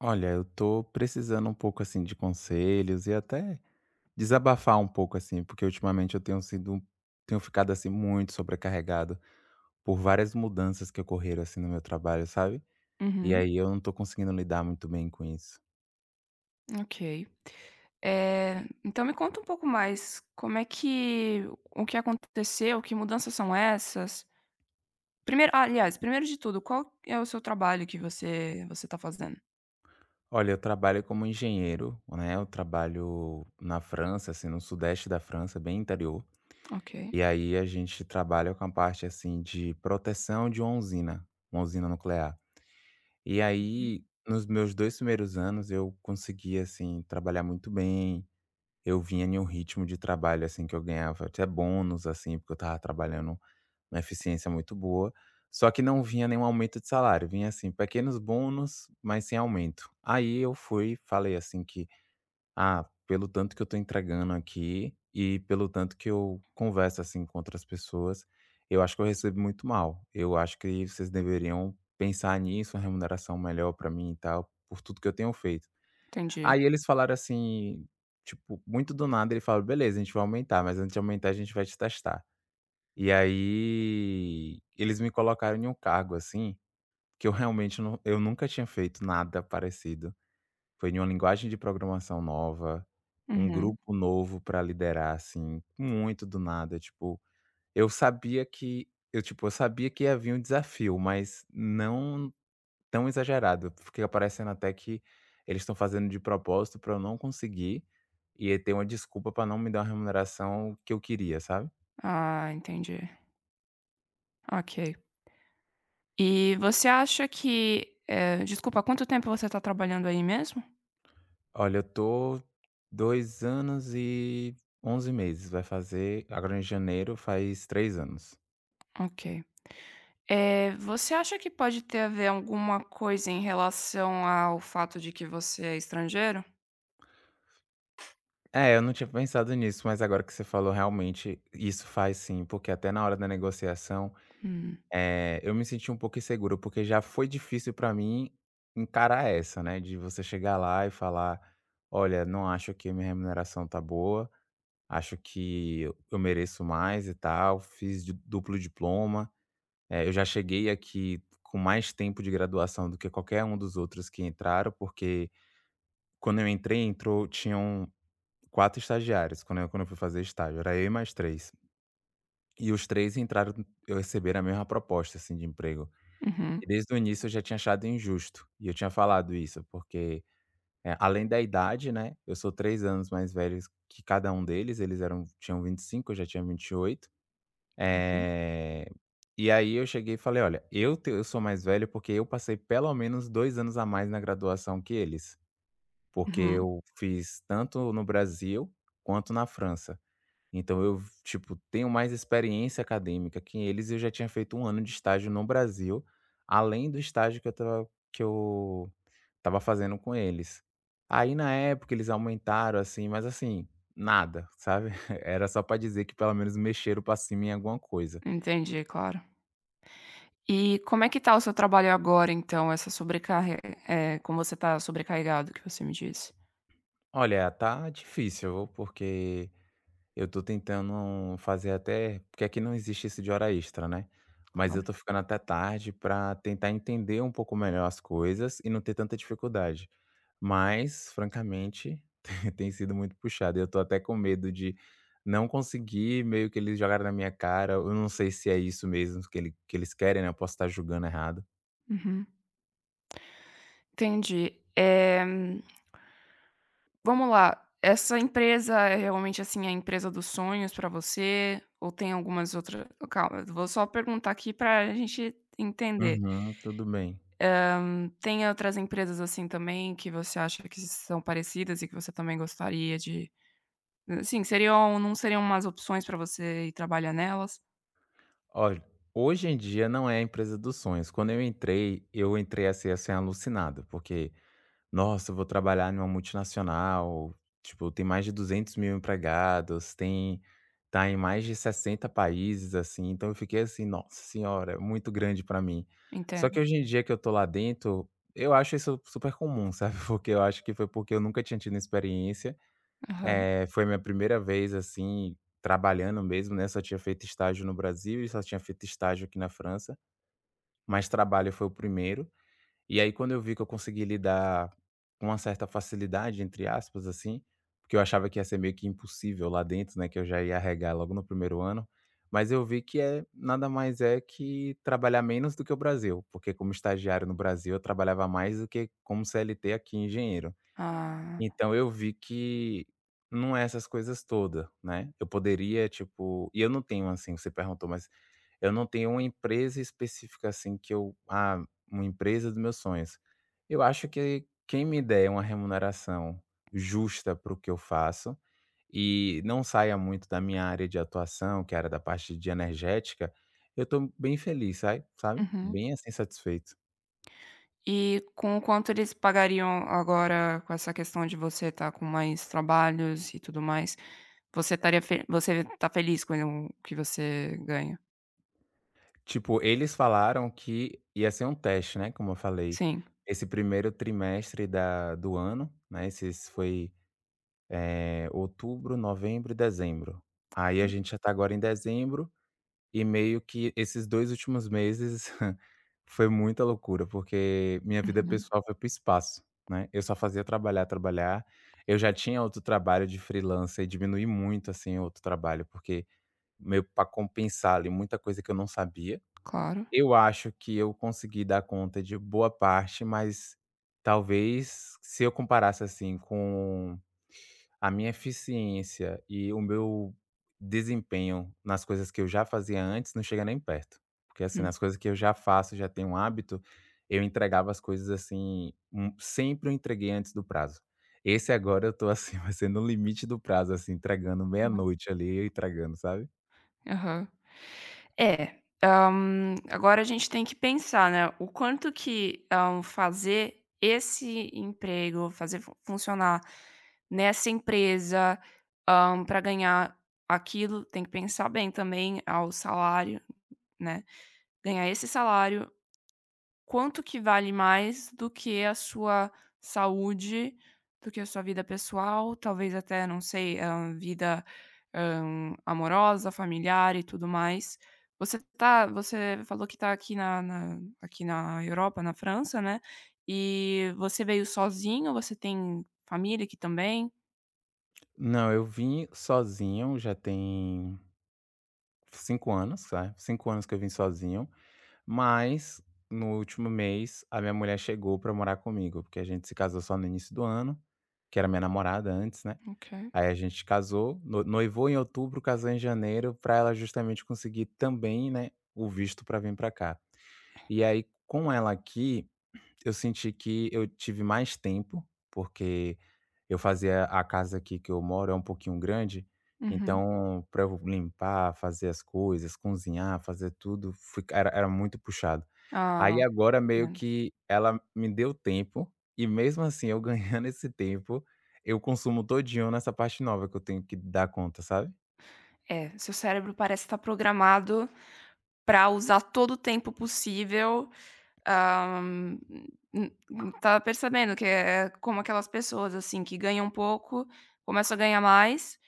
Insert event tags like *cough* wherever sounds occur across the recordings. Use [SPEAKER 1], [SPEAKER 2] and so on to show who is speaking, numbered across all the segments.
[SPEAKER 1] Olha, eu tô precisando um pouco assim de conselhos e até desabafar um pouco assim, porque ultimamente eu tenho sido, tenho ficado assim muito sobrecarregado por várias mudanças que ocorreram assim no meu trabalho, sabe? E
[SPEAKER 2] Uhum,
[SPEAKER 1] aí eu não tô conseguindo lidar muito bem com isso.
[SPEAKER 2] ok. Então me conta um pouco mais, como é que o que aconteceu, que mudanças são essas? Primeiro de tudo, qual é o seu trabalho que você está fazendo?
[SPEAKER 1] Olha, eu trabalho como engenheiro, né? Eu trabalho na França, assim, no sudeste da França, bem interior.
[SPEAKER 2] Ok,
[SPEAKER 1] E aí a gente trabalha com a parte assim de proteção de uma usina nuclear. E aí, nos meus 2 primeiros anos, eu conseguia assim, trabalhar muito bem. Eu vinha em um ritmo de trabalho, assim, que eu ganhava até bônus, assim, porque eu estava trabalhando uma eficiência muito boa. Só que não vinha nenhum aumento de salário, vinha, assim, pequenos bônus, mas sem aumento. Aí eu fui, falei assim que ah, pelo tanto que eu tô entregando aqui e pelo tanto que eu converso, assim, com outras pessoas, eu acho que eu recebo muito mal. Eu acho que vocês deveriam pensar nisso, uma remuneração melhor pra mim e tal, por tudo que eu tenho feito.
[SPEAKER 2] entendi.
[SPEAKER 1] Aí eles falaram assim, tipo, muito do nada, ele falou: "Beleza, a gente vai aumentar, mas antes de aumentar a gente vai te testar". E aí eles me colocaram em um cargo, assim, que eu realmente eu nunca tinha feito nada parecido. Foi em uma linguagem de programação nova, um
[SPEAKER 2] Uhum.
[SPEAKER 1] grupo novo pra liderar, assim, muito do nada, tipo, eu sabia que havia um desafio, mas não tão exagerado, fica parecendo até que eles estão fazendo de propósito pra eu não conseguir, e ter uma desculpa pra não me dar uma remuneração que eu queria, sabe.
[SPEAKER 2] Ah, entendi. Ok. E você acha que, desculpa, há quanto tempo você está trabalhando aí mesmo?
[SPEAKER 1] Olha, eu tô 2 anos e 11 meses, vai fazer agora em janeiro faz 3 anos.
[SPEAKER 2] Ok. Você acha que pode ter a ver alguma coisa em relação ao fato de que você é estrangeiro?
[SPEAKER 1] É, eu não tinha pensado nisso, mas agora que você falou, realmente, isso faz sim, porque até na hora da negociação,
[SPEAKER 2] Hum,
[SPEAKER 1] eu me senti um pouco inseguro, porque já foi difícil pra mim encarar essa, né, de você chegar lá e falar: "Olha, não acho que minha remuneração tá boa, acho que eu mereço mais e tal, fiz de duplo diploma". Eu já cheguei aqui com mais tempo de graduação do que qualquer um dos outros que entraram, porque quando eu entrei, entrou tinham 4 estagiários quando eu fui fazer estágio, era eu e mais três. E os 3 entraram eu receberam a mesma proposta, assim, de emprego.
[SPEAKER 2] uhum.
[SPEAKER 1] E desde o início eu já tinha achado injusto, e eu tinha falado isso, porque, além da idade, né, eu sou 3 anos mais velho que cada um deles, eles eram tinham 25, eu já tinha 28. Eh, e aí eu cheguei e falei: "Olha, eu sou mais velho porque eu passei pelo menos 2 anos a mais na graduação que eles, porque
[SPEAKER 2] Uhum,
[SPEAKER 1] eu fiz tanto no Brasil quanto na França. Então eu, tipo, tenho mais experiência acadêmica que eles e eu já tinha feito 1 ano de estágio no Brasil, além do estágio que eu tava fazendo com eles. Aí na época eles aumentaram, assim, mas assim, nada, sabe. *laughs* Era só pra dizer que pelo menos mexeram pra cima em alguma coisa.
[SPEAKER 2] entendi, claro. E como é que tá o seu trabalho agora então, essa sobrecarre é como você tá sobrecarregado que você me disse.
[SPEAKER 1] Olha, tá difícil, porque eu tô tentando fazer até porque aqui não existe isso de hora extra, né, mas eu
[SPEAKER 2] Claro.
[SPEAKER 1] tô ficando até tarde pra tentar entender um pouco melhor as coisas e não ter tanta dificuldade. Mas, francamente, *laughs* tem sido muito puxado, eu tô até com medo de não conseguir, meio que eles jogaram na minha cara, eu não sei se é isso mesmo que eles querem, né, eu posso estar julgando errado.
[SPEAKER 2] Uhum, entendi. Vamos lá, essa empresa é realmente, assim, a empresa dos sonhos pra você ou tem algumas outras? Calma, eu vou só perguntar aqui pra gente entender.
[SPEAKER 1] Uhum, tudo bem.
[SPEAKER 2] Tem outras empresas, assim, também que você acha que são parecidas e que você também gostaria de... Sim, seriam não seriam umas opções pra você ir trabalhar nelas?
[SPEAKER 1] Olha, hoje em dia não é a empresa dos sonhos, quando eu entrei, eu entrei, assim, alucinado, porque nossa, eu vou trabalhar numa multinacional, tipo, tem mais de 200 mil empregados, tem tá em mais de 60 países, assim, então eu fiquei assim: "Nossa senhora, é muito grande pra mim". Só
[SPEAKER 2] Entendo.
[SPEAKER 1] que hoje em dia que eu tô lá dentro, eu acho isso super comum, sabe, *laughs* porque eu acho que foi porque eu nunca tinha tido experiência,
[SPEAKER 2] Aham.
[SPEAKER 1] foi minha primeira vez, assim, trabalhando mesmo, né, só tinha feito estágio no Brasil e só tinha feito estágio aqui na França, mas trabalho foi o primeiro. E aí quando eu vi que eu consegui lidar com uma certa "facilidade", entre aspas, assim, porque eu achava que ia ser meio que impossível lá dentro, né, que eu já ia arregar logo no primeiro ano, mas eu vi que é nada mais é que trabalhar menos do que o Brasil, porque como estagiário no Brasil eu trabalhava mais do que como CLT aqui, engenheiro.
[SPEAKER 2] Ah,
[SPEAKER 1] Então eu vi que não é essas coisas toda, né, eu poderia, tipo, e eu não tenho, assim, você perguntou, mas eu não tenho uma empresa específica, assim, que eu ah, uma empresa dos meus sonhos. Eu acho que quem me der uma remuneração justa para o que eu faço e não saia muito da minha área de atuação, que era da parte de energética, eu tô bem feliz, sai sabe?
[SPEAKER 2] uhum.
[SPEAKER 1] Bem, assim, satisfeito.
[SPEAKER 2] E com o quanto eles pagariam agora com essa questão de você estar com mais trabalhos e tudo mais, você estaria fe você tá feliz com o que você ganha?
[SPEAKER 1] Tipo, eles falaram que ia ser um teste, né, como eu falei,
[SPEAKER 2] Sim.
[SPEAKER 1] esse primeiro trimestre da do ano, né. Esse foi outubro, novembro e dezembro. Aí a gente já tá agora em dezembro e meio que esses 2 últimos meses *laughs* foi muita loucura, porque minha vida
[SPEAKER 2] Uhum.
[SPEAKER 1] pessoal foi para o espaço, né. Eu só fazia trabalhar, trabalhar. Eu já tinha outro trabalho de freelancer e diminuí muito, assim, outro trabalho, porque meio pra compensar ali muita coisa que eu não sabia.
[SPEAKER 2] Claro.
[SPEAKER 1] Eu acho que eu consegui dar conta de boa parte, mas talvez se eu comparasse, assim, com a minha eficiência e o meu desempenho nas coisas que eu já fazia antes não chega nem perto. Porque, assim,
[SPEAKER 2] Hum.
[SPEAKER 1] nas coisas que eu já faço, já tenho um hábito, eu entregava as coisas assim, sempre eu entreguei antes do prazo. Esse agora eu tô assim, *laughs* vai ser no limite do prazo, assim, entregando meia-noite ali, eu entregando, sabe?
[SPEAKER 2] Aham. É, agora a gente tem que pensar, né, o quanto que, fazer esse emprego, fazer funcionar nessa empresa, para ganhar aquilo, tem que pensar bem também ao salário, né, ganhar esse salário. Quanto que vale mais do que a sua saúde, do que a sua vida pessoal, talvez até, não sei, a vida, amorosa, familiar e tudo mais. Você falou que tá aqui na Europa, na França, né, e você veio sozinho, você tem família aqui também?
[SPEAKER 1] Não, eu vim sozinho, já tem 5 anos, sabe? 5 anos que eu vim sozinho. Mas, no último mês, a minha mulher chegou pra morar comigo, porque a gente se casou só no início do ano, que era minha namorada antes, né.
[SPEAKER 2] Ok.
[SPEAKER 1] Aí a gente casou, no noivou em outubro, casou em janeiro, pra ela justamente conseguir também, né, o visto pra vir pra cá. E aí, com ela aqui eu senti que eu tive mais tempo, porque eu fazia a casa aqui que eu moro é um pouquinho grande,
[SPEAKER 2] Uhum.
[SPEAKER 1] então para eu limpar, fazer as coisas, cozinhar, fazer tudo, fui era era muito puxado. Aí
[SPEAKER 2] Ah,
[SPEAKER 1] agora
[SPEAKER 2] que
[SPEAKER 1] meio
[SPEAKER 2] pena.
[SPEAKER 1] que ela me deu tempo e mesmo assim eu *laughs* ganhando esse tempo, eu consumo todinho nessa parte nova que eu tenho que dar conta, sabe?
[SPEAKER 2] É, seu cérebro parece estar programado para usar todo o tempo possível. Ah, hum, Estava percebendo que é como aquelas pessoas, assim, que ganham pouco, começam a ganhar mais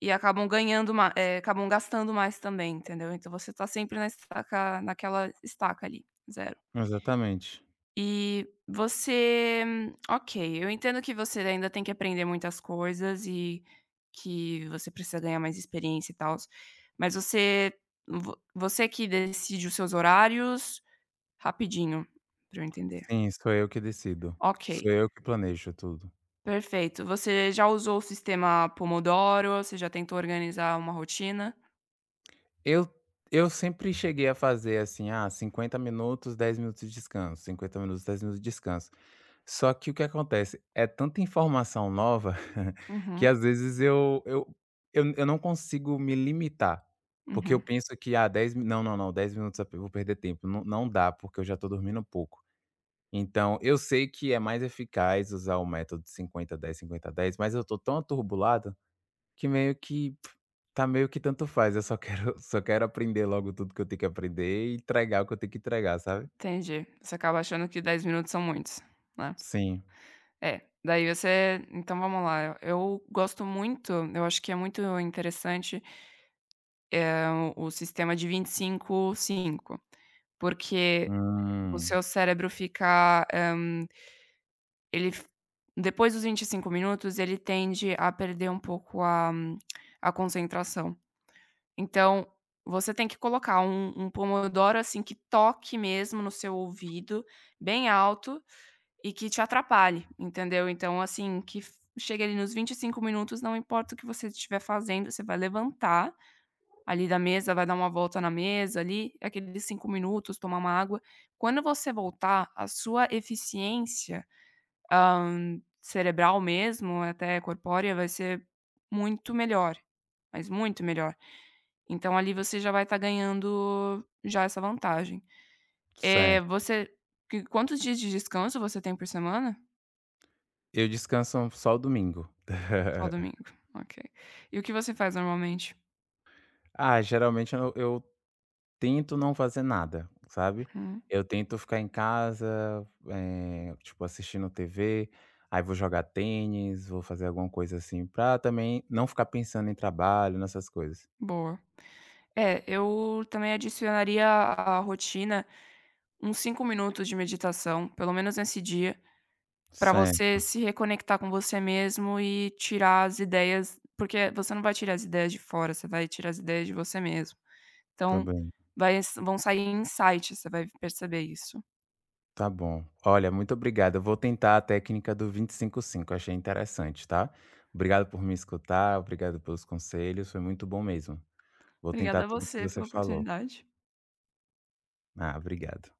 [SPEAKER 2] e acabam ganhando acabam gastando mais também, entendeu. Então você tá sempre na estaca naquela estaca ali, zero.
[SPEAKER 1] Exatamente.
[SPEAKER 2] E você ok, eu entendo que você ainda tem que aprender muitas coisas e que você precisa ganhar mais experiência e tal, mas você... vo você que decide os seus horários? Rapidinho, pra eu entender.
[SPEAKER 1] Sim, sou eu que decido.
[SPEAKER 2] Ok,
[SPEAKER 1] Sou eu que planejo tudo.
[SPEAKER 2] perfeito. Você já usou o sistema Pomodoro? Você já tentou organizar uma rotina?
[SPEAKER 1] Eu eu sempre cheguei a fazer assim: "Ah, 50 minutos, 10 minutos de descanso, 50 minutos, 10 minutos de descanso". Só que o que acontece? É tanta informação nova *laughs* que
[SPEAKER 2] Uhum,
[SPEAKER 1] às vezes eu não consigo me limitar, porque eu
[SPEAKER 2] uhum,
[SPEAKER 1] penso que, ah, 10 mi não, não, não, 10 minutos eu vou perder tempo, não dá, porque eu já tô dormindo pouco. Então, eu sei que é mais eficaz usar o método 50 10 50 10, mas eu tô tão aturbulado que meio que tanto faz, eu só quero *laughs* só quero aprender logo tudo que eu tenho que aprender e entregar o que eu tenho que entregar, sabe?
[SPEAKER 2] entendi. Você acaba achando que 10 minutos são muitos, né?
[SPEAKER 1] Sim.
[SPEAKER 2] É, daí você então vamos lá, eu gosto muito, eu acho que é muito interessante, eh, o sistema de 25, 5, porque o
[SPEAKER 1] Hum,
[SPEAKER 2] seu cérebro fica, hã, ele f depois dos 25 minutos, ele tende a perder um pouco a concentração. Então, você tem que colocar um pomodoro, assim, que toque mesmo no seu ouvido, bem alto e que te atrapalhe, entendeu. Então, assim, que f chegue ali nos 25 minutos, não importa o que você estiver fazendo, você vai levantar ali da mesa, vai dar uma volta na mesa ali, aqueles 5 minutos, tomar uma água. Quando você voltar, a sua eficiência, cerebral mesmo, até corpórea, vai ser muito melhor, mas muito melhor. Então ali você já vai estar ganhando já essa vantagem. Eh,
[SPEAKER 1] certo.
[SPEAKER 2] você que quantos dias de descanso você tem por semana?
[SPEAKER 1] Eu descanso só o domingo.
[SPEAKER 2] Só domingo,
[SPEAKER 1] *laughs*
[SPEAKER 2] ok. E o que você faz normalmente?
[SPEAKER 1] Ah, geralmente eu tento não fazer nada, sabe?
[SPEAKER 2] Uhum,
[SPEAKER 1] Eu tento ficar em casa, tipo, assistindo TV, aí vou jogar tênis, vou fazer alguma coisa assim, pra também não ficar pensando em trabalho, nessas coisas.
[SPEAKER 2] boa. É, eu também adicionaria à rotina uns 5 minutos de meditação, pelo menos nesse dia, para você
[SPEAKER 1] Certo,
[SPEAKER 2] se reconectar com você mesmo e tirar as ideias, porque você não vai tirar as ideias de fora, você vai tirar as ideias de você mesmo. Então
[SPEAKER 1] também.
[SPEAKER 2] vai... vão sair insights, você vai perceber isso.
[SPEAKER 1] Tá bom. Olha, muito obrigado. Eu vou tentar a técnica do 25 cinco. Achei interessante, tá. Obrigado por me escutar, obrigado pelos conselhos, foi muito bom mesmo. Vou tentar
[SPEAKER 2] Obrigada a
[SPEAKER 1] tudo que
[SPEAKER 2] você
[SPEAKER 1] você
[SPEAKER 2] pela
[SPEAKER 1] falou.
[SPEAKER 2] oportunidade.
[SPEAKER 1] Ah, obrigado.